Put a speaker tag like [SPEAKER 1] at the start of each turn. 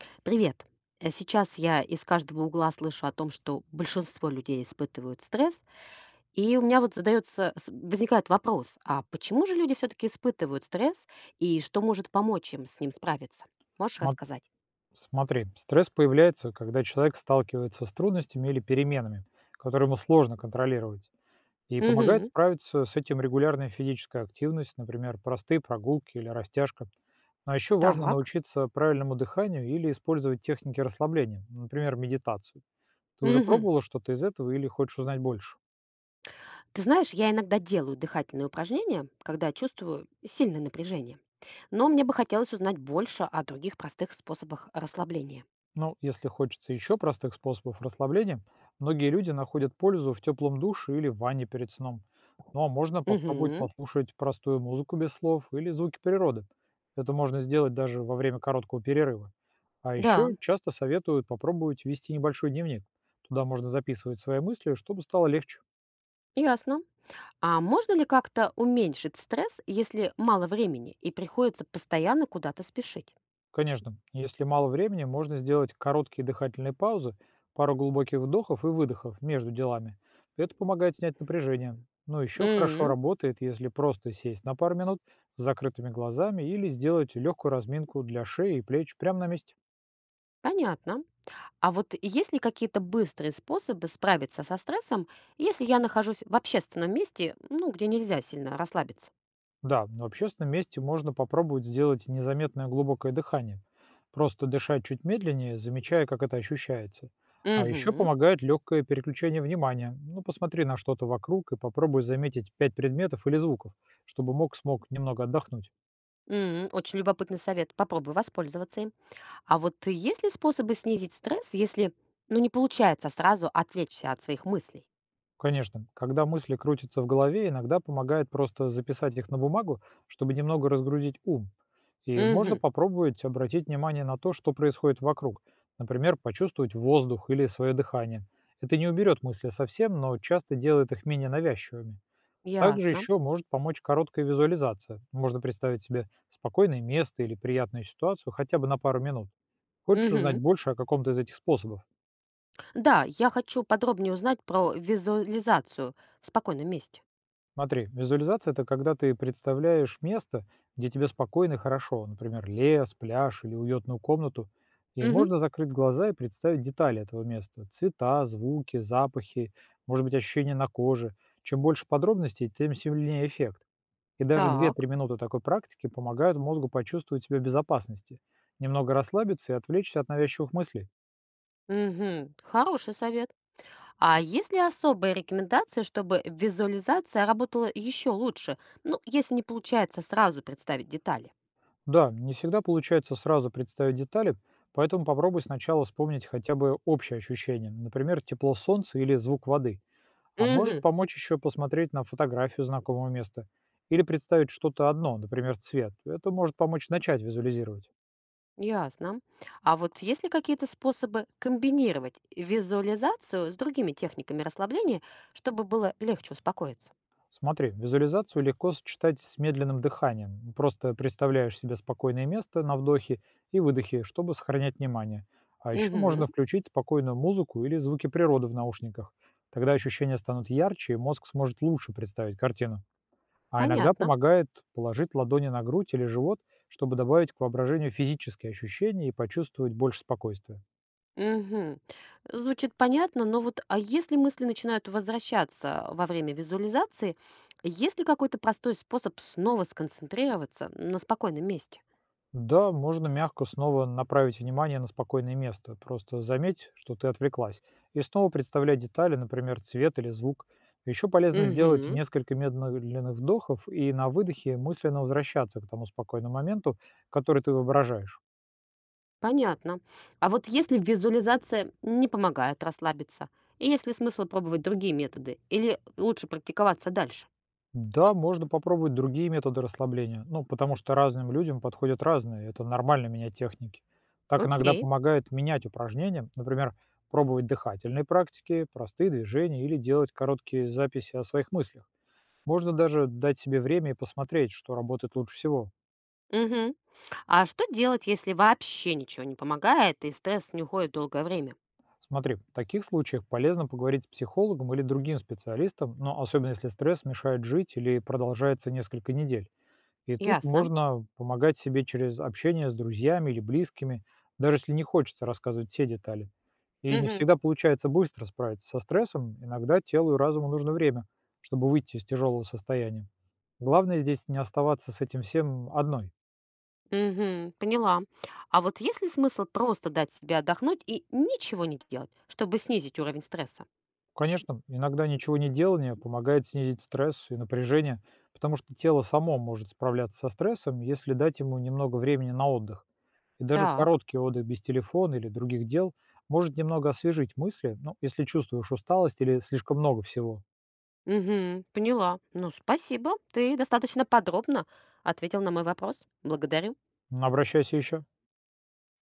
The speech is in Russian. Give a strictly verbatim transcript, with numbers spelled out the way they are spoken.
[SPEAKER 1] Привет. Э, Сейчас я из каждого угла слышу о том, что большинство людей испытывают стресс, и у меня вот задается, с- возникает вопрос, а почему же люди все-таки испытывают стресс, и что может помочь им с ним справиться? Можешь
[SPEAKER 2] Смо-
[SPEAKER 1] рассказать?
[SPEAKER 2] Смотри, стресс появляется, когда человек сталкивается с трудностями или переменами, которые ему сложно контролировать. И помогает
[SPEAKER 1] Угу.
[SPEAKER 2] справиться с этим регулярная физическая активность, например, простые прогулки или растяжка. А еще важно
[SPEAKER 1] Так.
[SPEAKER 2] научиться правильному дыханию или использовать техники расслабления, например, медитацию. Ты уже
[SPEAKER 1] Угу.
[SPEAKER 2] пробовала что-то из этого или хочешь узнать больше?
[SPEAKER 1] Ты знаешь, я иногда делаю дыхательные упражнения, когда чувствую сильное напряжение, но мне бы хотелось узнать больше о других простых способах расслабления.
[SPEAKER 2] Ну, если хочется еще простых способов расслабления, многие люди находят пользу в теплом душе или в ванне перед сном. Ну а можно попробовать
[SPEAKER 1] Угу.
[SPEAKER 2] послушать простую музыку без слов или звуки природы. Это можно сделать даже во время короткого перерыва. А
[SPEAKER 1] Да,
[SPEAKER 2] еще часто советуют попробовать вести небольшой дневник. Туда можно записывать свои мысли, чтобы стало легче.
[SPEAKER 1] ясно. А можно ли как-то уменьшить стресс, если мало времени и приходится постоянно куда-то спешить?
[SPEAKER 2] Конечно, если мало времени, можно сделать короткие дыхательные паузы, пару глубоких вдохов и выдохов между делами. Это помогает снять напряжение. Но еще хорошо
[SPEAKER 1] М,
[SPEAKER 2] работает, если просто сесть на пару минут с закрытыми глазами или сделать легкую разминку для шеи и плеч прямо на месте.
[SPEAKER 1] понятно. А вот есть ли какие-то быстрые способы справиться со стрессом, если я нахожусь в общественном месте, ну, где нельзя сильно расслабиться?
[SPEAKER 2] Да, на общественном месте можно попробовать сделать незаметное глубокое дыхание. Просто дышать чуть медленнее, замечая, как это ощущается. А еще
[SPEAKER 1] Мгм.
[SPEAKER 2] помогает легкое переключение внимания. Ну, посмотри на что-то вокруг и попробуй заметить пять предметов или звуков, чтобы мозг смог немного отдохнуть.
[SPEAKER 1] М, очень любопытный совет. Попробую воспользоваться им. А вот есть ли способы снизить стресс, если, ну, не получается сразу отвлечься от своих мыслей?
[SPEAKER 2] Конечно, когда мысли крутятся в голове, иногда помогает просто записать их на бумагу, чтобы немного разгрузить ум. И можно
[SPEAKER 1] Угу.
[SPEAKER 2] попробовать обратить внимание на то, что происходит вокруг. Например, почувствовать воздух или свое дыхание. Это не уберет мысли совсем, но часто делает их менее навязчивыми. Также
[SPEAKER 1] Ясно.
[SPEAKER 2] еще может помочь короткая визуализация. Можно представить себе спокойное место или приятную ситуацию хотя бы на пару минут. Хочешь узнать
[SPEAKER 1] Мгм.
[SPEAKER 2] больше о каком-то из этих способов?
[SPEAKER 1] Да, я хочу подробнее узнать про визуализацию в спокойном месте.
[SPEAKER 2] Смотри, визуализация — это когда ты представляешь место, где тебе спокойно и хорошо, например, лес, пляж или уютную комнату, и
[SPEAKER 1] Мгм.
[SPEAKER 2] можно закрыть глаза и представить детали этого места — цвета, звуки, запахи, может быть, ощущения на коже. Чем больше подробностей, тем сильнее эффект. И даже две-три
[SPEAKER 1] Так.
[SPEAKER 2] минуты такой практики помогают мозгу почувствовать себя в безопасности, немного расслабиться и отвлечься от навязчивых мыслей.
[SPEAKER 1] Мгм. Хороший совет. А есть ли особые рекомендации, чтобы визуализация работала еще лучше? Ну, если не получается сразу представить детали.
[SPEAKER 2] Да, не всегда получается сразу представить детали, поэтому попробуй сначала вспомнить хотя бы общее ощущение, например, тепло солнца или звук воды. А может
[SPEAKER 1] Угу.
[SPEAKER 2] помочь еще посмотреть на фотографию знакомого места или представить что-то одно, например, цвет. Это может помочь начать визуализировать.
[SPEAKER 1] Ясно. А вот есть ли какие-то способы комбинировать визуализацию с другими техниками расслабления, чтобы было легче успокоиться?
[SPEAKER 2] Смотри, визуализацию легко сочетать с медленным дыханием. Просто представляешь себе спокойное место на вдохе и выдохе, чтобы сохранять внимание. А еще можно
[SPEAKER 1] Угу.
[SPEAKER 2] включить спокойную музыку или звуки природы в наушниках. Тогда ощущения станут ярче, и мозг сможет лучше представить картину. А иногда
[SPEAKER 1] Понятно.
[SPEAKER 2] помогает положить ладони на грудь или живот, чтобы добавить к воображению физические ощущения и почувствовать больше спокойствия.
[SPEAKER 1] Мгм. Звучит понятно, но вот а если мысли начинают возвращаться во время визуализации, есть ли какой-то простой способ снова сконцентрироваться на спокойном месте?
[SPEAKER 2] Да, можно мягко снова направить внимание на спокойное место. Просто заметь, что ты отвлеклась. И снова представляй детали, например, цвет или звук. Еще полезно сделать
[SPEAKER 1] Угу,
[SPEAKER 2] несколько медленных вдохов и на выдохе мысленно возвращаться к тому спокойному моменту, который ты воображаешь.
[SPEAKER 1] понятно. А вот если визуализация не помогает расслабиться, и есть ли смысл пробовать другие методы, или лучше практиковаться дальше?
[SPEAKER 2] Да, можно попробовать другие методы расслабления. Ну, потому что разным людям подходят разные. Это нормально менять техники. Так иногда
[SPEAKER 1] Окей.
[SPEAKER 2] помогает менять упражнения. Например, пробовать дыхательные практики, простые движения или делать короткие записи о своих мыслях. Можно даже дать себе время и посмотреть, что работает лучше всего.
[SPEAKER 1] Мгм. А что делать, если вообще ничего не помогает, и стресс не уходит долгое время?
[SPEAKER 2] Смотри, в таких случаях полезно поговорить с психологом или другим специалистом, но особенно если стресс мешает жить или продолжается несколько недель. И тут
[SPEAKER 1] Ясно.
[SPEAKER 2] можно помогать себе через общение с друзьями или близкими, даже если не хочется рассказывать все детали. И не
[SPEAKER 1] Мгм.
[SPEAKER 2] всегда получается быстро справиться со стрессом, иногда телу и разуму нужно время, чтобы выйти из тяжелого состояния. Главное здесь не оставаться с этим всем одной.
[SPEAKER 1] Мгм. Поняла. А вот есть ли смысл просто дать себе отдохнуть и ничего не делать, чтобы снизить уровень стресса?
[SPEAKER 2] Конечно, иногда ничего не делание помогает снизить стресс и напряжение, потому что тело само может справляться со стрессом, если дать ему немного времени на отдых. И даже
[SPEAKER 1] Так.
[SPEAKER 2] короткий отдых без телефона или других дел может немного освежить мысли, ну, если чувствуешь усталость или слишком много всего.
[SPEAKER 1] Мгм. Поняла. Ну, спасибо. Ты достаточно подробно ответил на мой вопрос. Благодарю.
[SPEAKER 2] Обращайся еще.